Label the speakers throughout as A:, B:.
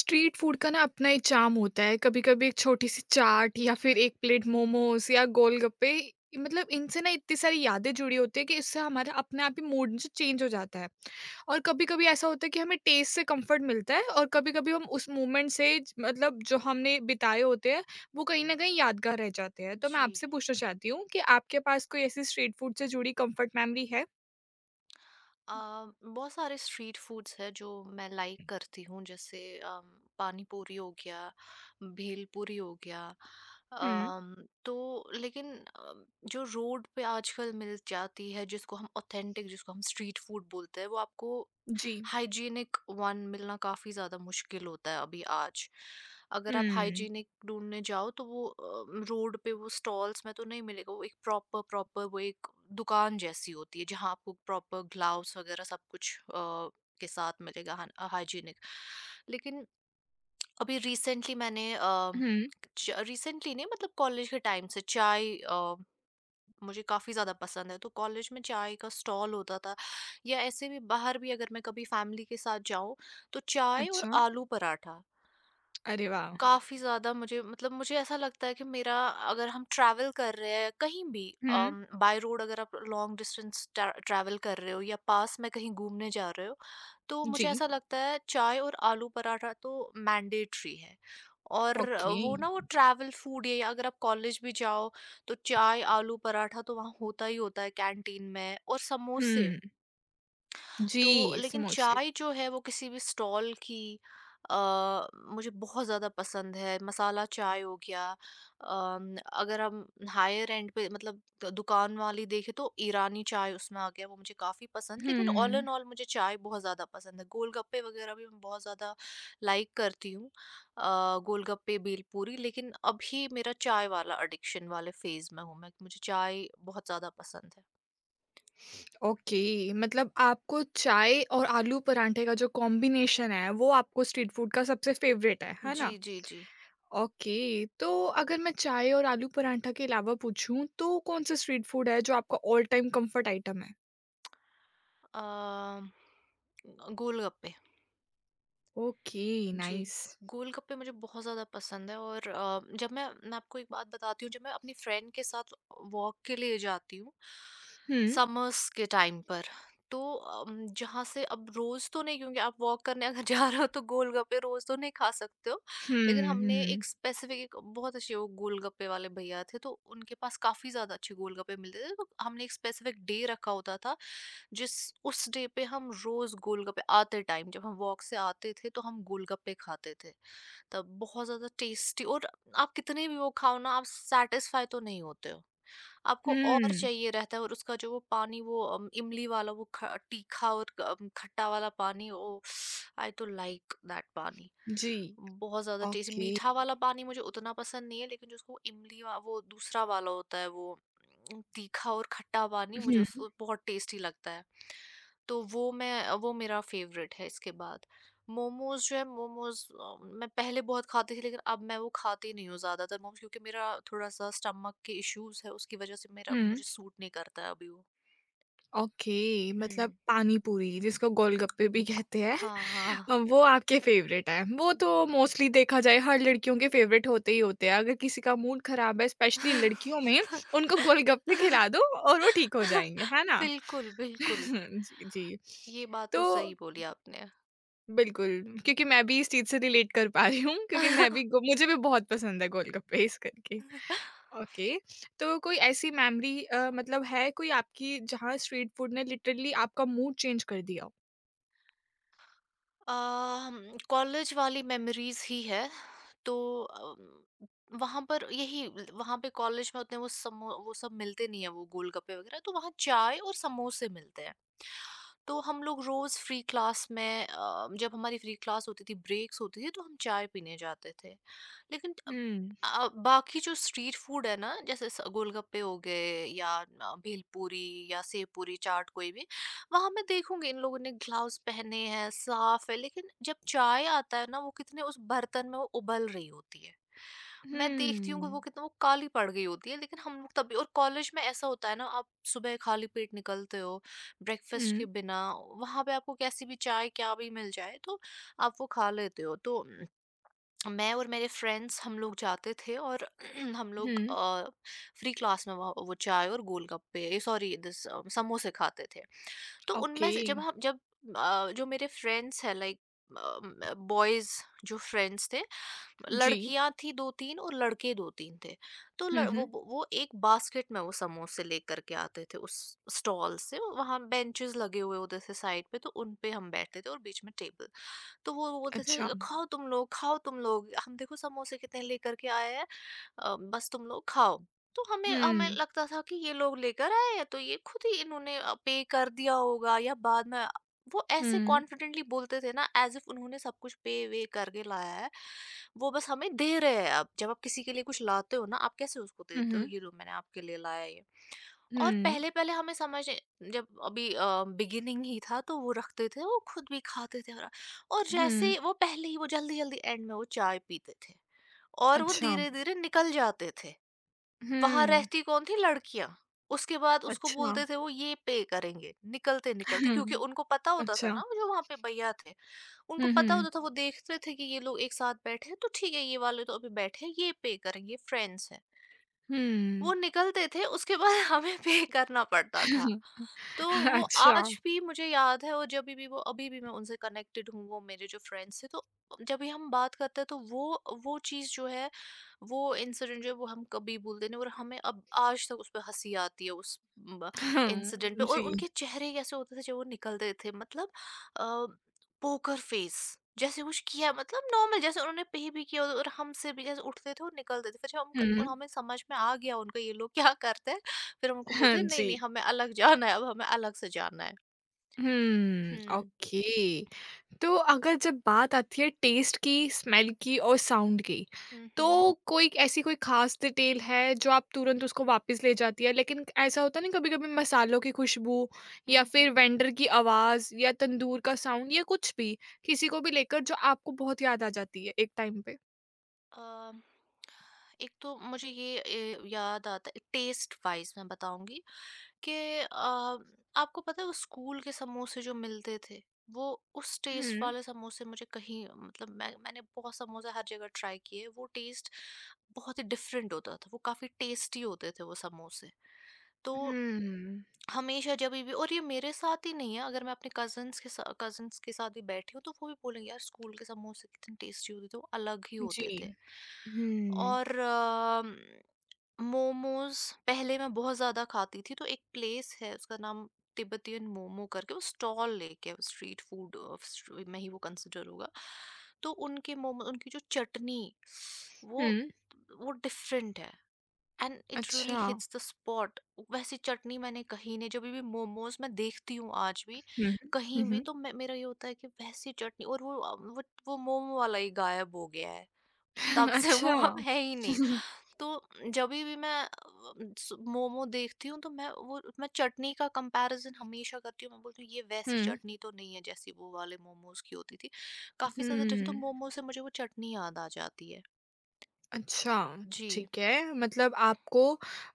A: Street food का ना अपना एक चार्म होता है। कभी-कभी एक छोटी-सी चाट या फिर 1 प्लेट मोमोज़ या गोलगप्पे मतलब इनसे ना इतनी सारी यादें जुड़ी होती है कि इससे हमारा अपने आप ही मूड जो चेंज हो जाता है। और कभी-कभी ऐसा होता है कि हमें टेस्ट से कम्फ़र्ट मिलता है और कभी-कभी हम उस मोमेंट से ज मतलब जो हमने बिताए होते हैं, वो कहीं न कहीं यादगार रह जाते हैं। तो मैं
B: जी।
A: आपसे पूछना चाहती हूँ कि आपके पास कोई ऐसी स्ट्रीट फूड से जुड़ी कम्फ़र्ट मेमोरी है?
B: अ, बहुत सारे स्ट्रीट फूड्स हैं जो मैं लाइक करती हूँ जैसे पानी पूरी हो गया, भेल पूरी हो गया।
A: हुँ,
B: अम, तो लेकिन जो रोड पे आजकल मिल जाती है जिसको हम स्ट्रीट फूड बोलते हैं वो आपको
A: जी।
B: हाइजीनिक वन मिलना काफ़ी ज़्यादा मुश्किल होता है अभी आज। अगर आप
A: हुँ,
B: हाइजीनिक ढूँढने जाओ तो वो रोड पे वो स्टॉल्स में तो नहीं मिलेगा, वो एक प्रॉपर प्रॉपर वो एक दुकान जैसी होती है जहाँ आपको प्रॉपर ग्लव्स वग़ैरह सब कुछ के साथ मिलेगा हान हाइजीनिक। लेकिन अभी रिसेंटली मैंने अ,
A: हुँ,
B: च रिसेंटली नहीं मतलब कॉलेज के टाइम से चाय मुझे काफ़ी ज़्यादा पसंद है तो कॉलेज में चाय का स्टॉल होता था या ऐसे भी बाहर भी अगर मैं कभी फैमिली के साथ जाऊं तो चाय और
A: अच्छा।
B: आलू पराठा
A: अरे वाह!
B: काफ़ी ज़्यादा मुझे मतलब मुझे ऐसा लगता है कि मेरा अगर हम ट्रैवल कर रहे हैं कहीं भी
A: हुँ,
B: बाय रोड अगर आप लॉन्ग डिस्टेंस ट्रैवल कर रहे हो या पास में कहीं घूमने जा रहे हो तो मुझे
A: जी।
B: ऐसा लगता है चाय और आलू पराठा तो मैंडेटरी है। और
A: ओके।
B: वो ना वो ट्रैवल फूड है या अगर आप कॉलेज भी जाओ तो चाय आलू पराठा तो वहाँ होता ही होता है कैंटीन में और समोसे।
A: हुँ।
B: तो
A: जी,
B: लेकिन
A: समोसे।
B: चाय जो है वो किसी भी स्टॉल की अ, मुझे बहुत ज़्यादा पसंद है। मसाला चाय हो गया, अगर हम हायर एंड पे मतलब दुकान वाली देखें तो ईरानी चाय उसमें आ गया, वो मुझे काफ़ी पसंद है। लेकिन ऑल इन
A: हुँ,
B: ऑल मुझे चाय बहुत ज़्यादा पसंद है। गोलगप्पे वग़ैरह भी मैं बहुत ज़्यादा लाइक करती हूँ, गोलगप्पे, भेलपूरी, लेकिन अभी मेरा चाय वाला एडिक्शन वाले फ़ेज़ में हूँ मैं, मुझे चाय बहुत ज़्यादा पसंद है।
A: ओके। मतलब आपको चाय और आलू पराठे का जो कॉम्बिनेशन है, वो आपको स्ट्रीट फूड का सबसे फ़ेवरेट है
B: जी,
A: ना?
B: जी, जी।
A: ओके, तो अगर मैं चाय और आलू पराठा के अलावा पूछूँ, तो कौन-सा स्ट्रीट फूड है जो आपका ऑल टाइम कम्फ़र्ट आइटम है?
B: अ, गोलगप्पे।
A: ओके,
B: जी।
A: नाइस।
B: गोलगप्पे मुझे बहुत ज़्यादा पसंद है और जब मैं आपको एक बात बताती हूँ, जब मैं अपनी फ्रेंड के साथ वॉक के लिए जाती हूँ
A: हुँ,
B: समर्स के टाइम पर तो जहाँ से अब रोज़ तो नहीं, क्योंकि आप वॉक करने अगर जा रहे हो तो गोलगप्पे रोज़ तो नहीं खा सकते हो,
A: हुँ,
B: लेकिन हमने
A: हुँ,
B: एक स्पेसिफिक, एक बहुत अच्छे वो गोलगप्पे वाले भैया थे तो उनके पास काफ़ी ज़्यादा अच्छे गोलगप्पे मिलते थे तो हमने एक स्पेसिफिक डे रखा होता था जिस उस डे पे हम रोज गोलगप्पे आते टाइम, जब हम वॉक से आते थे तो हम गोलगप्पे खाते थे। तब बहुत ज्यादा टेस्टी, और आप कितने भी वो खाओ ना आप सेटिस्फाई तो नहीं होते हो, आपको और
A: हुँ।
B: चाहिए रहता है। और उसका जो वो पानी वो इमली वाला वो तीखा और खट्टा वाला पानी, ओ आई तो लाइक दैट पानी,
A: जी,
B: बहुत ज़्यादा टेस्टी।
A: ओके।
B: मीठा वाला पानी मुझे उतना पसंद नहीं है, लेकिन जो उसको इमली वा वो दूसरा वाला होता है वो तीखा और खट्टा पानी मुझे
A: हुँ,
B: उसको बहुत टेस्टी लगता है। तो वो मैं, वो मेरा फ़ेवरेट है इसके बाद। मोमोज़ जो है, मोमोज़ मैं पहले बहुत खाती थी, लेकिन अब मैं वो खाती नहीं हूँ ज़्यादातर मोमोज़, क्योंकि मेरा थोड़ा-सा स्टमक के इश्यूज़ है, उसकी वज़ह से मेरा मुझे
A: हुँ,
B: सूट नहीं करता है अभी वो।
A: ओके, मतलब
B: हुँ।
A: पानी पूरी, जिसको गोलगप्पे भी कहते हैं।
B: हाँ, हाँ।
A: वो आपके फेवरेट हैं। वो तो मोस्टली देखा जाए हर लड़कियों के फेवरेट होते ही होते हैं। अगर किसी का मूड खराब है स्पेशली लड़कियों में उनको गोलगप्पे खिला दो और वो ठीक हो जाएँगे, है ना?
B: बिल्कुल, बिल्कुल।
A: जी, जी।
B: ये बात
A: तो
B: तो सही बोली आपने।
A: बिल्कुल, क्योंकि मैं भी इस चीज़ से रिलेट कर पा रही हूँ क्योंकि मैं भी गो मुझे भी बहुत पसंद है गोलगप्पे इस करके। ओके, तो कोई ऐसी मेमोरी मतलब है कोई आपकी जहाँ स्ट्रीट फूड ने लिटरली आपका मूड चेंज कर दिया हो?
B: कॉलेज वाली मेमोरीज़ ही है, तो अम, वहाँ पर यही वहाँ पे कॉलेज में उतने वो समो वो सब मिलते नहीं हैं, वो गोलगप्पे वगैरह, तो वहाँ चाय और समोसे मिलते हैं। तो हम लोग रोज़ फ्री क्लास में, जब हमारी फ्री क्लास होती थी, ब्रेक्स होती थी, तो हम चाय पीने जाते थे। लेकिन
A: हुँ।
B: बाकी जो स्ट्रीट फूड है ना, जैसे स गोलगप्पे हो गए या भेलपूरी या सेव पूरी, चाट कोई भी, वहां मैं देखूंगी इन लोगों ने ग्लव्स पहने हैं, साफ है, लेकिन जब चाय आता है ना वो कितने उस बर्तन में वो उबल रही होती है, मैं देखती हूँ कि वो
A: हुँ।
B: कितना वो काली पड़ गई होती है, लेकिन हम लोग तभी, और कॉलेज में ऐसा होता है ना, आप सुबह खाली पेट निकलते हो ब्रेकफास्ट के
A: हुँ,
B: बिना, वहां पे आपको कैसी भी चाय क्या भी मिल जाए तो आप वो खा लेते हो। तो मैं और मेरे फ्रेंड्स हम लोग जाते थे और हम लोग
A: हुँ,
B: फ्री क्लास में वो चाय और गोलगप्पे सॉरी दिस समोसे खाते थे। तो
A: ओके।
B: उनमें से जब हम जब जो मेरे फ्रेंड्स हैं लाइक बॉयज, जो फ्रेंड्स थे,
A: जी।
B: लड़कियां थी दो तीन और लड़के दो तीन थे, तो
A: हुँ, हुँ।
B: वो एक बास्केट में वो समोसे लेकर के आते थे उस स्टॉल से, वहां बेंचेस लगे हुए होते थे साइड पे तो उन पे हम बैठते थे और बीच में टेबल, तो वो बोलते थे,
A: अच्छा।
B: खाओ तुम लोग, खाओ तुम लोग, हम देखो समोसे कितने लेकर के आए हैं, बस तुम लोग खाओ। तो हमें हमें
A: हुँ,
B: लगता था कि ये लोग लेकर आए हैं तो ये खुद ही इन्होंने पे कर दिया होगा या बाद में, वो ऐसे
A: हुँ,
B: कॉन्फिडेंटली बोलते थे ना एज़ इफ उन्होंने सब कुछ पे वे करके लाया है। वो बस हमें दे रहे हैं अब। जब आप किसी के लिए कुछ लाते हो ना, आप कैसे उसको
A: हुँ,
B: देते हो,
A: हुँ,
B: "ये लो मैंने आपके लिए लाया है ये।" और
A: हुँ,
B: पहले-पहले हमें समझ, जब अभी बिगिनिंग ही था तो वो रखते थे, वो खुद भी खाते थे और जैसे ही
A: हुँ।
B: वो पहले ही वो जल्दी-जल्दी एंड में वो चाय पीते थे और वो
A: अच्छा।
B: धीरे-धीरे निकल जाते थे। वहाँ
A: हुँ,
B: रहती कौन थी? लड़कियाँ। उसके बाद उसको
A: अच्छा।
B: बोलते थे वो ये पे करेंगे, निकलते-निकलते, क्योंकि
A: हुँ,
B: उनको पता होता था
A: अच्छा।
B: ना जो वहाँ पे भैया थे, उनको
A: हुँ,
B: पता
A: हुँ,
B: होता था, वो देखते थे कि ये लोग एक साथ बैठे हैं, तो ठीक है, ये वाले तो अभी बैठे हैं, ये पे करेंगे, ये फ्रेंड्स हैं। वो
A: हुँ।
B: निकलते थे उसके बाद हमें पे करना पड़ता था। तो वो
A: अच्छा।
B: आज भी मुझे याद है, और जभी भी वो अभी भी मैं उनसे कनेक्टेड हूँ, वो मेरे जो फ्रेंड्स थे, तो जब भी हम बात करते हैं तो वो चीज़ जो है, वो इंसिडेंट जो है, वो हम कभी भूलते नहीं और हमें अब आज तक उस पे हँसी आती है, उस ब इंसिडेंट पे,
A: हुँ,
B: और
A: जी।
B: उनके चेहरे कैसे होते थे जब वो निकलते थे, मतलब अ पोकर फेस, जैसे कुछ किया मतलब नॉर्मल, जैसे उन्होंने पे भी किया और हमसे भी, जैसे उठते थे और निकलते थे। फिर जब हम
A: हुँ,
B: हमें समझ में आ गया उनका, ये लोग क्या करते हैं, फिर हम उनको बोलते
A: हाँ
B: हैं नहीं
A: जी।
B: नहीं, हमें अलग जाना है, अब हमें अलग से जाना है। हम्म।
A: ओके। तो अगर जब बात आती है टेस्ट की स्मेल की और साउंड की,
B: हम्म। हम्म।
A: तो कोई ऐसी कोई खास डिटेल है जो आप तुरंत उसको वापस ले जाती है, लेकिन ऐसा होता नहीं कभी कभी मसालों की खुशबू या
B: हम्म।
A: फिर
B: हम्म।
A: वेंडर की आवाज या तंदूर का साउंड या कुछ भी, किसी को भी लेकर जो आपको बहुत याद आ जाती है एक टाइम पे।
B: अ, एक तो मुझे ये याद आता है, टेस्ट वाइज मैं बताऊंगी कि अ, आपको पता है वो स्कूल के समोसे जो मिलते थे, वो, उस टेस्ट
A: हम्म
B: वाले समोसे मुझे कहीं, मतलब मैंने बहुत समोसे हर जगह ट्राई किए, वो टेस्ट बहुत ही डिफरेंट होता था, वो काफ़ी टेस्टी होते थे वो समोसे। तो
A: हम्म।
B: हमेशा जभी भी, और ये मेरे साथ ही नहीं है, अगर मैं अपने कजन्स के साथ भी बैठी हूँ तो वो भी बोलेंगे, यार स्कूल के समोसे कितने टेस्टी होते थे, वो अलग ही
A: जी।
B: होते थे।
A: हम्म
B: और मोमोज पहले मैं बहुत ज्यादा खाती थी, तो एक प्लेस है उसका नाम तिब्बतियन मोमो करके, वो स्टॉल लेके है, स्ट्रीट फूड में ही वो कंसिडर होगा। तो उनके मोमो, उनकी जो चटनी वो
A: हम्म।
B: वो डिफरेंट है, एंड इट रियली
A: अच्छा।
B: Hits the spot. वैसी चटनी मैंने कहीं नहीं, जब भी मोमोज मैं देखती हूँ आज भी
A: हम्म
B: कहीं भी,
A: हम्म।
B: तो मेरा ये होता है कि वैसी चटनी, और वो वो मोमो वाला ही गायब हो गया है तब से, वो
A: अच्छा।
B: अब है ही नहीं। तो जब भी मैं मोमो देखती हूँ तो मैं वो, मैं चटनी का कंपैरिजन हमेशा करती हूँ, मैं बोलती हूँ ये वैसी
A: हम्म
B: चटनी तो नहीं है जैसी वो वाले मोमोज की होती थी, काफी ज्यादा डिफरेंट, तो
A: हम्म।
B: मोमो से मुझे वो चटनी याद आ जाती है।
A: अच्छा,
B: जी।
A: ठीक है। मतलब आपको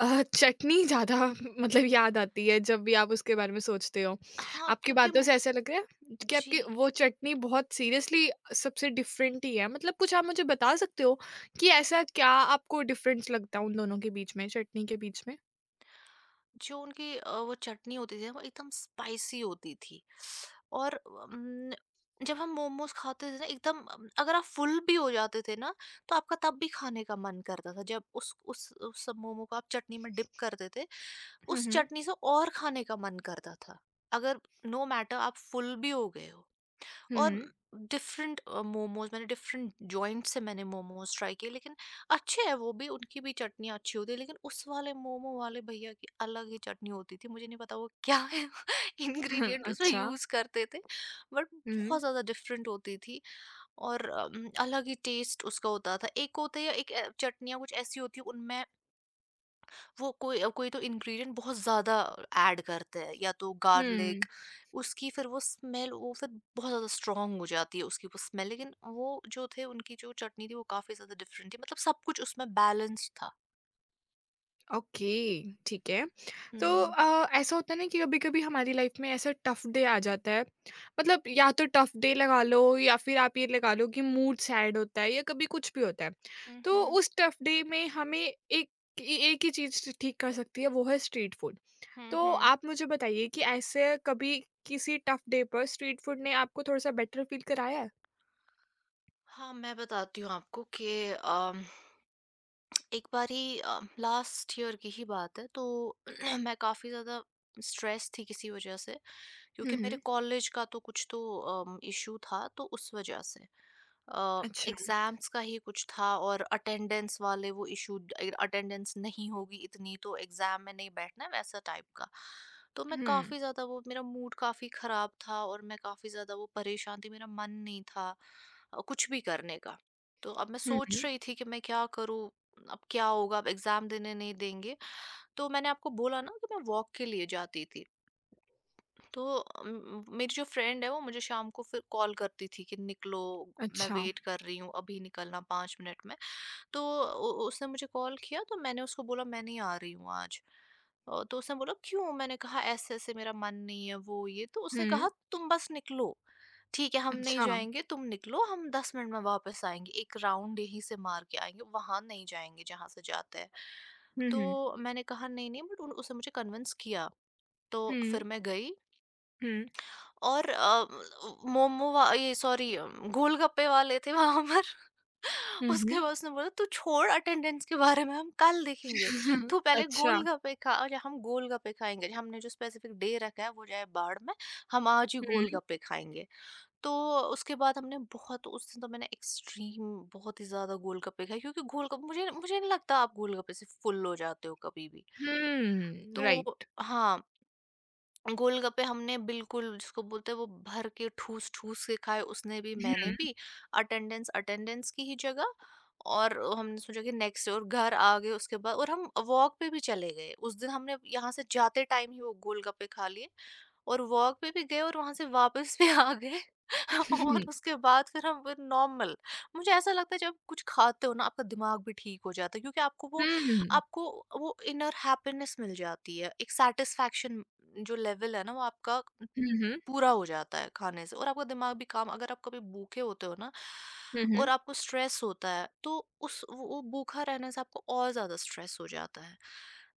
A: चटनी ज़्यादा मतलब याद आती है जब भी आप उसके बारे में सोचते हो।
B: हाँ,
A: आपकी
B: क्योंकि
A: बातों से ऐसा लग रहा है कि
B: जी,
A: आपकी वो चटनी बहुत सीरियसली सबसे डिफरेंट ही है। मतलब कुछ आप मुझे बता सकते हो कि ऐसा क्या आपको डिफरेंस लगता है उन दोनों के बीच में, चटनी के बीच में?
B: जो उनकी वो चटनी होती थी ना, वो एकदम स्पाइसी होती थी, और अम, जब हम मोमोज खाते थे ना एकदम, अगर आप फुल भी हो जाते थे ना, तो आपका तब भी खाने का मन करता था, जब उस सब मोमो को आप चटनी में डिप करते थे,
A: हुँ,
B: उस
A: हुँ।
B: चटनी से और खाने का मन करता था, अगर, नो मैटर आप फुल भी हो गए हो। और
A: हुँ,
B: डिफरेंट मोमोज मैंने डिफरेंट जॉइंट से मैंने मोमोज ट्राई किए, लेकिन अच्छे हैं वो भी, उनकी भी चटनी अच्छी होती है, लेकिन उस वाले मोमो वाले भैया की अलग ही चटनी होती थी, मुझे नहीं पता वो क्या है
A: हुँ।
B: इंग्रेडिएंट उसमें
A: अच्छा।
B: यूज करते थे, बट
A: हुँ,
B: बहुत ज्यादा डिफरेंट होती थी। और अलग ही टेस्ट उसका होता था। एक होता है एक चटनियाँ कुछ ऐसी होती है उनमें, वो कोई कोई तो इंग्रेडिएंट बहुत ज़्यादा ऐड करते हैं या तो गार्लिक।
A: हुँ।
B: उसकी फिर वो स्मेल वो फिर बहुत ज़्यादा स्ट्रॉन्ग हो जाती है उसकी वो स्मेल। लेकिन वो जो थे उनकी जो चटनी थी वो काफ़ी ज़्यादा डिफरेंट थी। मतलब सब कुछ उसमें बैलेंस था।
A: ओके, ठीक है। तो
B: हम्म
A: ऐसा होता है ना कि कभी कभी हमारी लाइफ में ऐसा टफ डे आ जाता है, मतलब या तो टफ डे लगा लो या फिर आप ये लगा लो कि मूड सैड होता है या कभी कुछ भी होता है, तो
B: हम्म
A: उस टफ डे में हमें एक एक ही चीज ठीक कर सकती है, वो है स्ट्रीट फूड। तो
B: हम्म
A: आप मुझे बताइए कि ऐसे कभी किसी टफ डे पर स्ट्रीट फूड ने आपको थोड़ा सा बेटर फील कराया है?
B: हाँ, मैं बताती हूँ आपको कि एक बारी लास्ट ईयर की ही बात है। तो मैं काफ़ी ज़्यादा स्ट्रेस थी किसी वजह से, क्योंकि मेरे
A: हम्म।
B: कॉलेज का तो कुछ तो इशू था। तो उस वजह से
A: अच्छा।
B: एग्जाम्स का ही कुछ था, और अटेंडेंस वाले वो इशू। अटेंडेंस नहीं होगी इतनी तो एग्जाम में नहीं बैठना, वैसा टाइप का। तो मैं
A: हम्म
B: काफ़ी ज़्यादा वो, मेरा मूड काफ़ी ख़राब था, और मैं काफ़ी ज़्यादा वो परेशान थी। मेरा मन नहीं था कुछ भी करने का। तो अब मैं सोच
A: हम्म।
B: रही थी कि मैं क्या करूँ, अब क्या होगा, अब एग्जाम देने नहीं देंगे। तो मैंने आपको बोला ना कि मैं वॉक के लिए जाती थी। तो मेरी जो फ्रेंड है वो मुझे शाम को फिर कॉल करती थी कि निकलो, मैं
A: अच्छा।
B: वेट कर रही हूँ, अभी निकलना 5 मिनट में। तो उसने मुझे कॉल किया, तो मैंने उसको बोला मैं नहीं आ रही हूँ आज। तो उसने बोला क्यों, मैंने कहा ऐसे ऐसे मेरा मन नहीं है वो ये। तो उसने
A: हम्म।
B: कहा तुम बस निकलो, ठीक है हम नहीं
A: अच्छा।
B: जाएंगे, तुम निकलो हम 10 मिनट में वापस आएंगे, एक राउंड यहीं से मार के आएंगे, वहां नहीं जाएंगे जहां से जाते हैं।
A: हम्म
B: तो
A: हम्म
B: मैंने कहा नहीं नहीं, बट उसने मुझे कन्विंस किया। तो फिर मैं गई।
A: हम्म
B: और मोमो वा ये सॉरी, गोलगप्पे वाले थे वहाँ पर। उसके
A: हम्म।
B: बाद उसने बोला, "तू छोड़ अटेंडेंस के बारे में, हम कल देखेंगे।
A: हम्म,
B: तू पहले
A: अच्छा।
B: गोलगप्पे खा और हम गोलगप्पे खाएँगे। हमने जो स्पेसिफिक डे रखा है, वो जाए बाद में। हम आज ही
A: हुँ,
B: गोलगप्पे खाएँगे।" तो उसके बाद हमने बहुत, उस दिन तो मैंने एक्सट्रीम बहुत ही ज़्यादा गोलगप्पे खाए, क्योंकि गोलगप्पे मुझे मुझे नहीं लगता आप गोलगप्पे से फ़ुल हो जाते हो कभी भी।
A: हुँ,
B: तो
A: राइट।
B: हाँ। गोलगप्पे हमने बिल्कुल जिसको बोलते हैं वो भर के ठूस ठूस के खाए, उसने भी मैंने
A: हुँ,
B: भी। अटेंडेंस अटेंडेंस की ही जगह, और हमने सोचा कि नेक्स्ट, और घर आ गए उसके बाद, और हम वॉक पे भी चले गए उस दिन। हमने यहाँ से जाते टाइम ही वो गोलगप्पे खा लिए, और वॉक पे भी गए और वहाँ से वापस भी आ गए। और
A: हुँ,
B: उसके बाद फिर हम फिर नॉर्मल। मुझे ऐसा लगता है जब कुछ खाते हो ना आपका दिमाग भी ठीक हो जाता है, क्योंकि आपको वो,
A: हुँ,
B: आपको वो इनर हैप्पीनेस मिल जाती है, एक सेटिस्फैक्शन जो लेवल है ना वो आपका
A: हुँ, हुँ,
B: पूरा हो जाता है खाने से। और आपका दिमाग भी काम, अगर आप कभी भूखे होते हो ना
A: हुँ,
B: और आपको स्ट्रेस होता है, तो उस वो भूखा रहने से आपको और ज्यादा स्ट्रेस हो जाता है।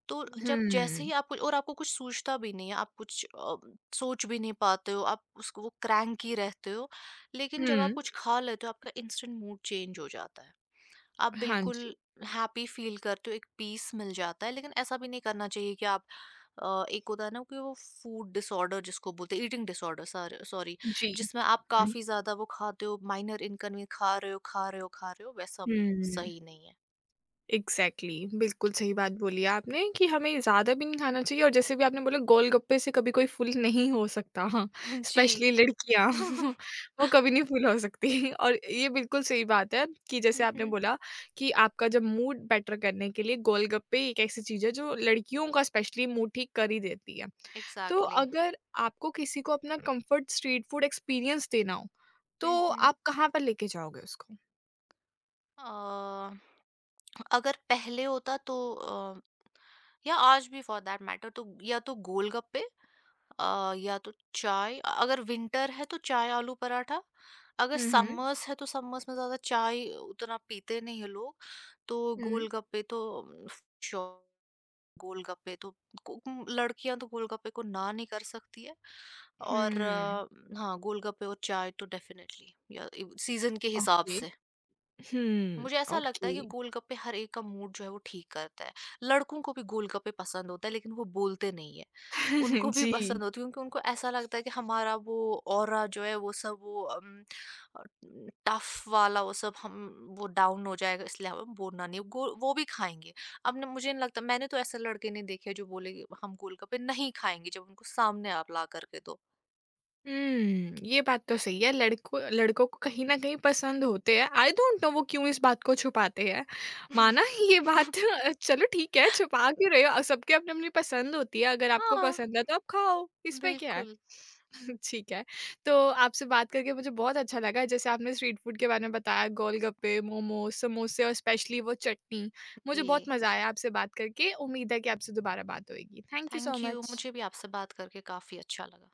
B: तो जब जैसे
A: हुँ,
B: ही आपको, और आपको कुछ सूझता भी नहीं है, आप कुछ सोच भी नहीं पाते हो, आप उसको वो क्रैंकी रहते हो, लेकिन जब आप
A: हुँ,
B: कुछ खा लेते हो, आपका इंस्टेंट मूड चेंज हो जाता है। आप
A: हाँ
B: बिल्कुल
A: जी।
B: हैप्पी फील करते हो, एक पीस मिल जाता है। लेकिन ऐसा भी नहीं करना चाहिए कि आप एक होता है ना कि वो फूड डिसऑर्डर जिसको बोलते हैं, ईटिंग डिसऑर्डर, सॉरी,
A: जी,
B: जिसमें आप
A: हुँ,
B: काफ़ी ज़्यादा वो खाते हो, माइनर इनकन्वीनियंस खा रहे हो, खा रहे हो, खा रहे हो, वैसा भी
A: हुँ।
B: सही नहीं है।
A: एग्जैक्टली exactly, बिल्कुल सही बात बोली आपने कि हमें ज़्यादा भी नहीं खाना चाहिए और जैसे भी आपने बोला गोलगप्पे से कभी कोई फुल नहीं हो सकता। हाँ,
B: जी।
A: स्पेशली लड़कियाँ वो कभी नहीं फुल हो सकती। और ये बिल्कुल सही बात है कि जैसे
B: हुँ,
A: आपने
B: हुँ।
A: बोला कि आपका जब मूड बेटर करने के लिए गोलगप्पे एक ऐसी चीज़ है जो लड़कियों का स्पेशली मूड ठीक कर ही देती है। तो
B: एग्ज़ैक्टली।
A: अगर आपको किसी को अपना कंफर्ट स्ट्रीट फूड एक्सपीरियंस देना हो,
B: हुँ,
A: तो
B: हुँ।
A: आप कहाँ पर लेके जाओगे उसको?
B: अ, अगर पहले होता तो या आज भी फॉर दैट मैटर, तो या तो गोलगप्पे, या तो चाय, अगर विंटर है तो चाय आलू पराठा, अगर
A: हम्म
B: समर्स है तो समर्स में ज़्यादा चाय उतना पीते नहीं हैं लोग। तो
A: हम्म
B: गोलगप्पे तो श्योर, गोलगप्पे तो को लड़कियाँ तो गोलगप्पे को ना नहीं कर सकती है। और
A: हम्म।
B: हाँ, गोलगप्पे और चाय तो डेफ़िनेटली, या सीज़न के हिसाब
A: ओके।
B: से।
A: हम्म,
B: मुझे ऐसा लगता है कि
A: ओके।
B: गोलगप्पे हर एक का मूड जो है वो ठीक करता है। लड़कों को भी गोलगप्पे पसंद होता है, लेकिन वो बोलते नहीं है। उनको भी
A: जी।
B: पसंद होती है, क्योंकि उनको ऐसा लगता है कि हमारा वो ऑरा जो है वो सब वो अ, टफ वाला वो सब, हम वो डाउन हो जाएगा इसलिए हमें बोलना नहीं, गो वो भी खाएँगे। अब ना, मुझे नहीं लगता, मैंने तो ऐसे लड़के नहीं देखे जो बोले कि हम गोलगप्पे नहीं खाएँगे जब उनको सामने आप ला कर के दो।
A: हम्म, ये बात तो सही है। लड़कों लड़कों को कहीं ना कहीं पसंद होते हैं। आई डोंट नो वो क्यों इस बात को छुपाते हैं। माना ये बात चलो ठीक है, छुपा क्यों रहे हो, सबके अपनी अपनी पसंद होती है, अगर आपको
B: हाँ,
A: पसंद है तो आप खाओ, इसमें क्या है?
B: बिल्कुल।
A: ठीक है। तो आपसे बात करके मुझे बहुत अच्छा लगा, जैसे आपने स्ट्रीट फूड के बारे में बताया गोलगप्पे मोमो समोसे और स्पेशली वो चटनी।
B: जी।
A: मुझे बहुत मजा आया आपसे बात करके, उम्मीद है कि आपसे दोबारा बात होगी। Thank you so
B: thank you,
A: much.
B: मुझे भी आपसे बात करके काफी अच्छा लगा।